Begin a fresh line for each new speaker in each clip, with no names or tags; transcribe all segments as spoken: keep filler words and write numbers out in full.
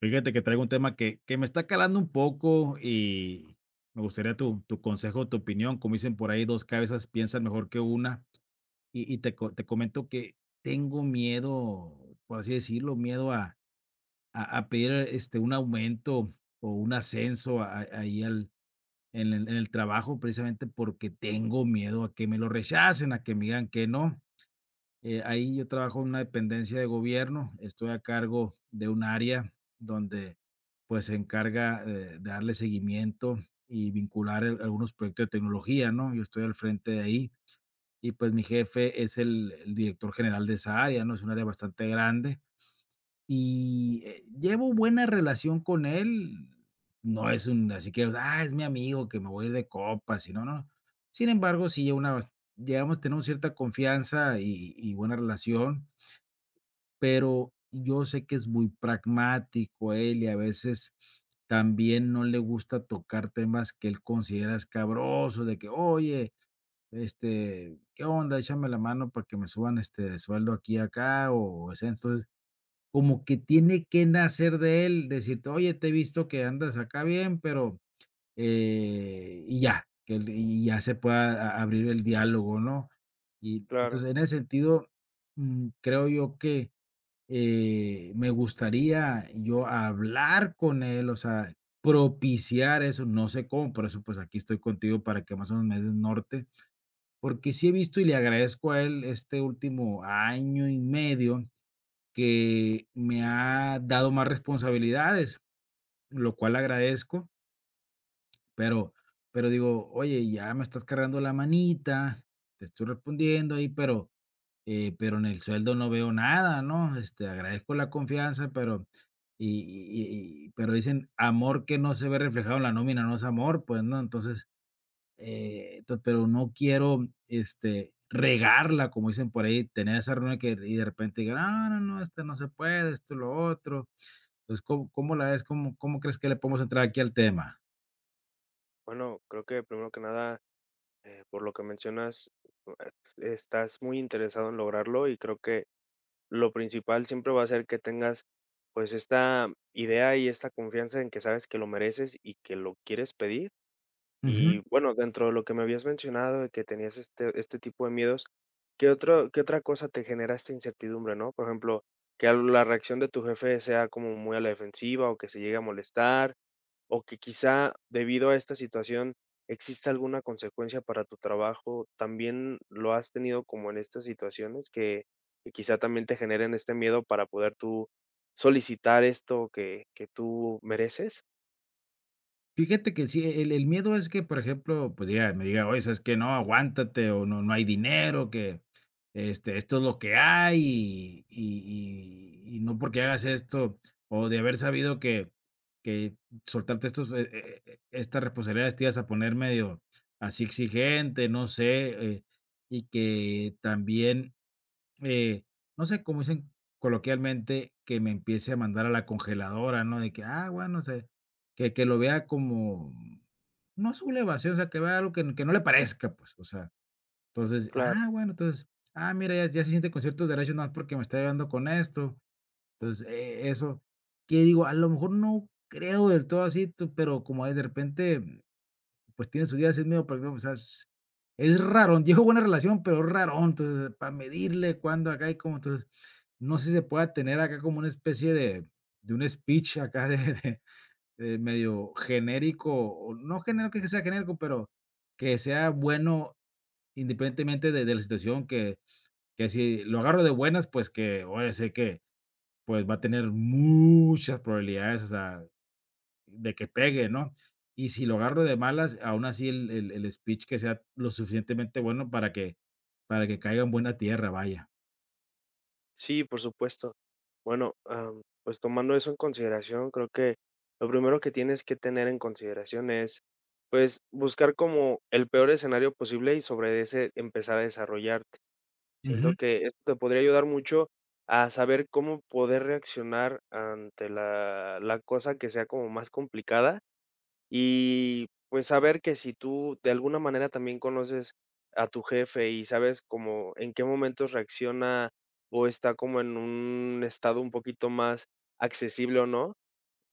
Fíjate que traigo un tema que, que me está calando un poco y me gustaría tu, tu consejo, tu opinión. Como dicen por ahí, dos cabezas piensan mejor que una. Y, y te, co- te comento que tengo miedo, por así decirlo, miedo a, a, a pedir este, un aumento o un ascenso a- a- ahí al, en, el, en el trabajo, precisamente porque tengo miedo a que me lo rechacen, a que me digan que no. Eh, ahí yo trabajo en una dependencia de gobierno, estoy a cargo de un área donde pues se encarga, eh, de darle seguimiento y vincular el- algunos proyectos de tecnología, ¿no? Yo estoy al frente de ahí y pues mi jefe es el, el director general de esa área, ¿no? Es un área bastante grande y eh, llevo buena relación con él. No es un, así que, ah, es mi amigo que me voy a ir de copas, y no, no. Sin embargo, sí, una, bas- llegamos, tenemos cierta confianza y y buena relación, pero yo sé que es muy pragmático él, y a veces también no le gusta tocar temas que él considera escabrosos, de que: "Oye, este, ¿qué onda? Échame la mano para que me suban, este, de sueldo aquí y acá", o o sea. Entonces, como que tiene que nacer de él decirte: "Oye, te he visto que andas acá bien, pero", eh, y ya, que él y ya se pueda a abrir el diálogo, ¿no? Y
Claro.
entonces, en ese sentido, mm, creo yo que, eh, me gustaría yo hablar con él, o sea, propiciar eso, no sé cómo, por eso pues aquí estoy contigo para que más o menos me des norte, porque sí he visto y le agradezco a él este último año y medio que me ha dado más responsabilidades, lo cual agradezco, pero, pero digo, oye, ya me estás cargando la manita, te estoy respondiendo ahí, pero eh, pero en el sueldo no veo nada, ¿no? Este, agradezco la confianza, pero, y y y pero dicen: "Amor que no se ve reflejado en la nómina no es amor", pues, ¿no? Entonces, eh, to pero no quiero, este, regarla, como dicen por ahí, tener esa reunión que y de repente digan: "No, no, no, este, no se puede, esto, lo otro". Entonces, ¿cómo cómo la ves? ¿Cómo cómo crees que le podemos entrar aquí al tema?
Bueno, creo que primero que nada, eh, por lo que mencionas, eh, estás muy interesado en lograrlo y creo que lo principal siempre va a ser que tengas pues esta idea y esta confianza en que sabes que lo mereces y que lo quieres pedir.
Ujú.
Y bueno, dentro de lo que me habías mencionado de que tenías este, este tipo de miedos, ¿qué otro, qué otra cosa te genera esta incertidumbre, ¿no? Por ejemplo, que al- la reacción de tu jefe sea como muy a la defensiva o que se llegue a molestar. O que quizá debido a esta situación exista alguna consecuencia para tu trabajo. ¿También lo has tenido como en estas situaciones que que quizá también te generen este miedo para poder tú solicitar esto que que tú mereces?
Fíjate que sí, el el miedo es que, por ejemplo, pues diga me diga: "Oye, ¿sabes que No, aguántate", o "No, no hay dinero", que, este, "Esto es lo que hay, y y y y no porque hagas esto, o de haber sabido que que soltarte estos, eh eh eh, estas responsabilidades te ibas a poner medio así exigente", no sé, eh, y que también, eh, no sé, como dicen coloquialmente, que me empiece a mandar a la congeladora, ¿no? De que, ah, bueno, se, que que lo vea como, no sublevación, o sea, que vea algo que que no le parezca, pues, o sea. Entonces,
Claro,
ah, bueno, entonces, ah, mira, ya ya se siente con ciertos derechos, no porque me está llevando con esto. Entonces, e eso, que digo, a lo mejor no creo del todo así, tú, pero como de repente pues tiene sus días, es medio, pero, o sea, es, es raro, dijo buena relación, pero raro. Entonces, para medirle cuándo acá y cómo, entonces, no sé si se pueda tener acá como una especie de, de un speech acá de, de- de medio genérico, o no genérico que sea genérico, pero que sea bueno independientemente de, de la situación, que, que si lo agarro de buenas, pues que ahora sé que pues va a tener muchas probabilidades, o sea, de que pegue, ¿no? Y si lo agarro de malas, aún así el el el speech que sea lo suficientemente bueno para que, para que caiga en buena tierra, vaya.
sí, por supuesto. Bueno, am, pues tomando eso en consideración, creo que lo primero que tienes que tener en consideración es, pues, buscar como el peor escenario posible y sobre ese empezar a desarrollar.
Ujú,
Siento que esto te podría ayudar mucho a saber cómo poder reaccionar ante la, la cosa que sea como más complicada y pues saber que si tú de alguna manera también conoces a tu jefe y sabes como en qué momentos reacciona o está como en un estado un poquito más accesible o no,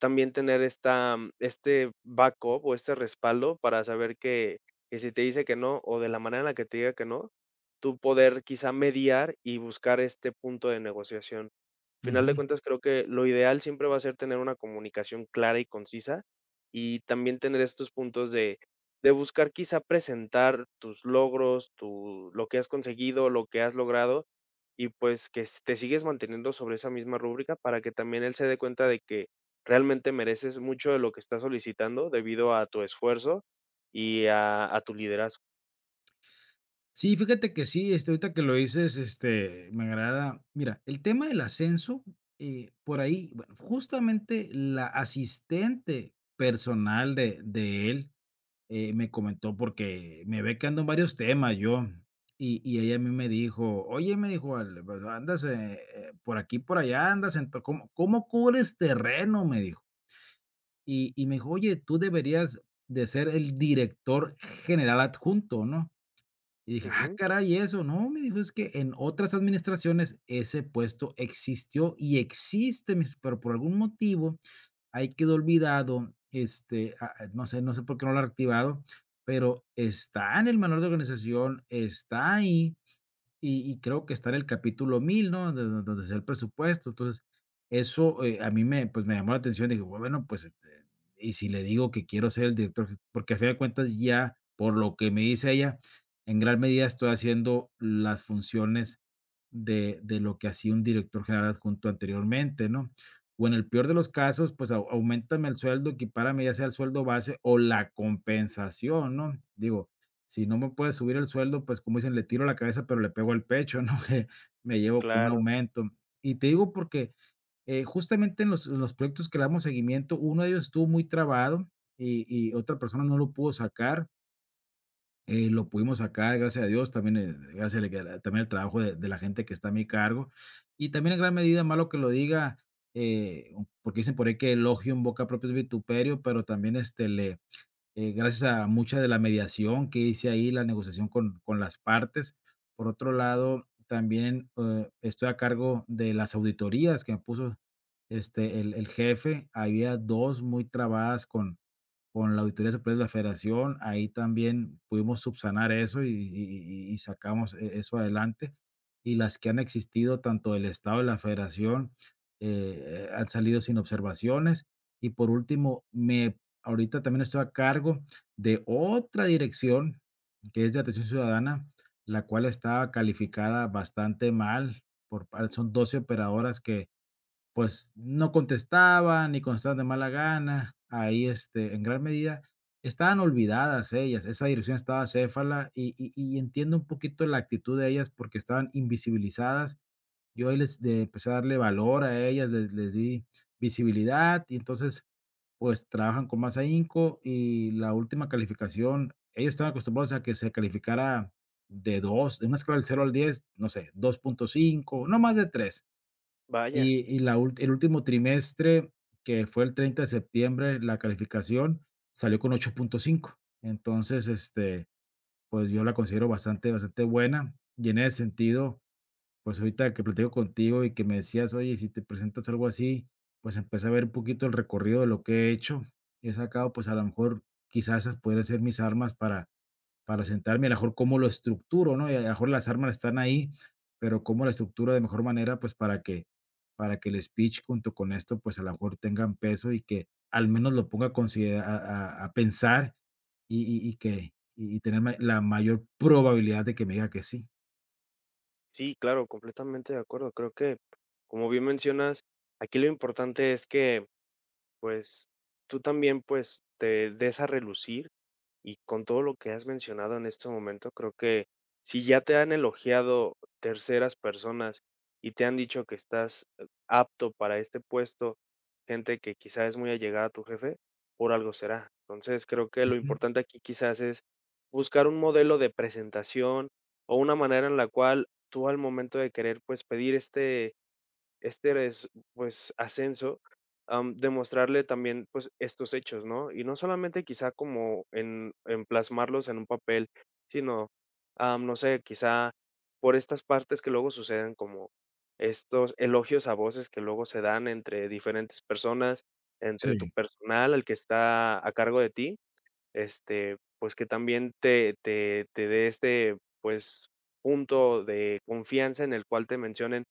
también tener esta mm, este backup o este respaldo para saber que que si te dice que no, o de la manera en la que te diga que no, tú poder quizá mediar y buscar este punto de negociación. Final de
ujú.
cuentas, creo que lo ideal siempre va a ser tener una comunicación clara y concisa, y también tener estos puntos de de buscar quizá presentar tus logros, tu lo que has conseguido, lo que has logrado, y pues que s te sigues manteniendo sobre esa misma rúbrica para que también él se dé cuenta de que realmente mereces mucho de lo que estás solicitando debido a tu esfuerzo y a a tu liderazgo.
Sí, fíjate que sí, este, ahorita que lo dices, este, me agrada. Mira, el tema del ascenso, eh, por ahí, bueno, justamente la asistente personal de de él, eh, me comentó porque me ve que ando en varios temas yo. Y, y ella a mí me dijo, oye, me dijo: "al- Pues, andas, eh, eh, por aquí, por allá, andas en... to- ¿Cómo, cómo cubres terreno?". Me dijo. Y, y me dijo: "Oye, tú deberías de ser el director general adjunto, ¿no?". Y dije: "Ah,
Ujú,
caray, ¿eso?". "No", me dijo, "es que en otras administraciones ese puesto existió y existe", me dice, "pero por algún motivo ahí quedó olvidado, este, ah, ah, no sé, no sé por qué no lo han activado, pero está en el manual de organización, está ahí, y y creo que está en el capítulo mil, ¿no? Do do Donde se da el presupuesto". Entonces, eso, eh, a mí me, pues, me llamó la atención. Dije: "Bueno, pues, este, y si le digo que quiero ser el director eje". Porque a fin de cuentas ya, por lo que me dice ella, en gran medida estoy haciendo las funciones de de lo que hacía un director general adjunto anteriormente, ¿no? O en el peor de los casos, pues, au auméntame el sueldo, equipárame ya sea el sueldo base o la compensación, ¿no? Digo, si no me puede subir el sueldo, pues, como dicen, le tiro la cabeza, pero le pego al pecho, ¿no? Que me llevo con un
claro,
aumento. Y te digo porque, eh, justamente en los en los proyectos que le damos seguimiento, uno de ellos estuvo muy trabado y y otra persona no lo pudo sacar. Eh, lo pudimos sacar, gracias a Dios, también, eh, gracias al que también al trabajo de de la gente que está a mi cargo. Y también en gran medida, malo que lo diga, eh, porque dicen por ahí que elogio en boca propia es vituperio, pero también, este, le eh, gracias a mucha de la mediación que hice ahí, la negociación con, con las partes. Por otro lado, también, eh, estoy a cargo de las auditorías que me puso, este, el, el jefe. Había dos muy trabadas con, con la Auditoría Superior de la Federación, ahí también pudimos subsanar eso, y, y- y- y sacamos e- eso adelante. Y las que han existido, tanto del Estado de la Federación, eh, han salido sin observaciones. Y por último, me, ahorita también estoy a cargo de otra dirección que es de atención ciudadana, la cual estaba calificada bastante mal. Por, par- son doce operadoras, pues, no contestaban, ni contestaban de mala gana. Ahí, este, en gran medida estaban olvidadas ellas. Esa dirección estaba Céfala, y y y entiendo un poquito la actitud de ellas porque estaban invisibilizadas. Yo ahí les de empecé a darle valor a ellas, les les di visibilidad, y entonces, pues, trabajan con más ahínco. Y la última calificación, ellos estaban acostumbrados a que se calificara de dos, de una escala del cero al diez, no sé, dos punto cinco, no más de tres.
vaya.
y y la ul El último trimestre, que fue el treinta de septiembre, la calificación salió con ocho punto cinco. Entonces, este, pues, yo la considero bastante, bastante buena. Y en ese sentido, pues, ahorita que platico contigo y que me decías: "Oye, si te presentas algo así", pues, empecé a ver un poquito el recorrido de lo que he hecho. He sacado, pues, a lo mejor, quizás esas podrían ser mis armas para para sentarme, a lo mejor cómo lo estructuro, ¿no? Y a lo mejor las armas están ahí, pero cómo la estructuro de mejor manera, pues para que, para que el speech junto con esto, pues a lo mejor tengan peso, y que al menos lo ponga a, considera- a, a- a pensar, y, y- y que, y y tener ma- la mayor probabilidad de que me diga que sí.
Sí, claro, completamente de acuerdo. Creo que, como bien mencionas, aquí lo importante es que pues, tú también, pues, te des a relucir y con todo lo que has mencionado en este momento, creo que si ya te han elogiado terceras personas y te han dicho que estás eh, apto para este puesto, gente que quizá es muy allegada a tu jefe, por algo será. Entonces, creo que lo
Ujú.
importante aquí quizás es buscar un modelo de presentación o una manera en la cual tú al momento de querer, pues, pedir este este es, pues, ascenso, am, demostrarle también, pues, estos hechos, ¿no? Y no solamente quizá como en en plasmarlos en un papel, sino, am, no sé, quizá por estas partes que luego suceden, como estos elogios a voces que luego se dan entre diferentes personas, entre tu
Sí,
personal, el que está a cargo de ti. Este, pues, que también te te te dé este, pues, punto de confianza en el cual te mencionen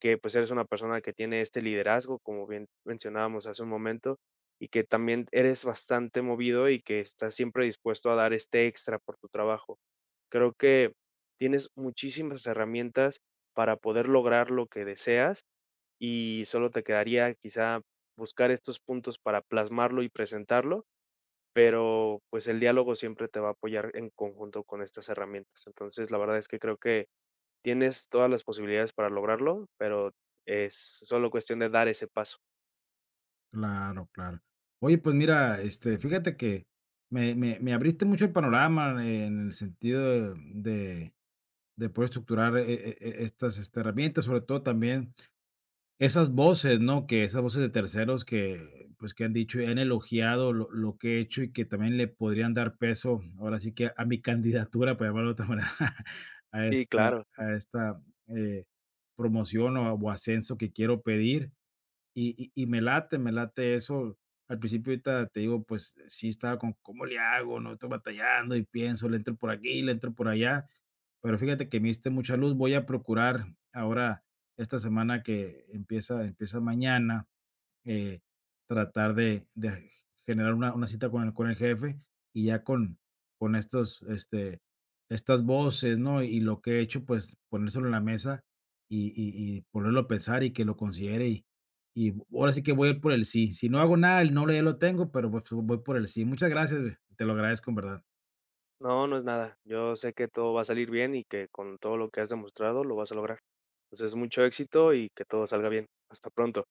que, pues, eres una persona que tiene este liderazgo, como bien mencionábamos hace un momento, y que también eres bastante movido y que estás siempre dispuesto a dar este extra por tu trabajo. Creo que tienes muchísimas herramientas para poder lograr lo que deseas y solo te quedaría quizá buscar estos puntos para plasmarlo y presentarlo, pero pues el diálogo siempre te va a apoyar en conjunto con estas herramientas. Entonces, la verdad es que creo que tienes todas las posibilidades para lograrlo, pero es solo cuestión de dar ese paso.
claro, claro. Oye, pues mira, este, fíjate que me, me, me abriste mucho el panorama en el sentido de, de, de poder estructurar, eh, eh, eh, estas, este, herramientas, sobre todo también esas voces, ¿no? Que esas voces de terceros que, pues, que han dicho y han elogiado lo lo que he hecho y que también le podrían dar peso, ahora sí que a mi candidatura, para llamarlo de otra manera, a
Sí,
esta
claro.
a esta, eh, promoción o o ascenso que quiero pedir. Y y y me late, me late eso. Al principio, ahorita te digo, pues, sí estaba con: "¿Cómo le hago?", ¿no? Estoy batallando y pienso, le entro por aquí, le entro por allá. Pero fíjate que me diste mucha luz. Voy a procurar ahora esta semana que empieza empieza mañana, eh, tratar de de generar una una cita con el con el jefe, y ya con con estos, este, estas voces, ¿no? Y lo que he hecho, pues, ponérselo en la mesa y y y ponerlo a pensar y que lo considere, y, y ahora sí que voy a ir por el sí. Si no hago nada, el no ya lo tengo, pero, pues, voy por el sí. Muchas gracias, güey, te lo agradezco en verdad.
No, no es nada. Yo sé que todo va a salir bien y que con todo lo que has demostrado lo vas a lograr. Entonces, mucho éxito y que todo salga bien. Hasta pronto.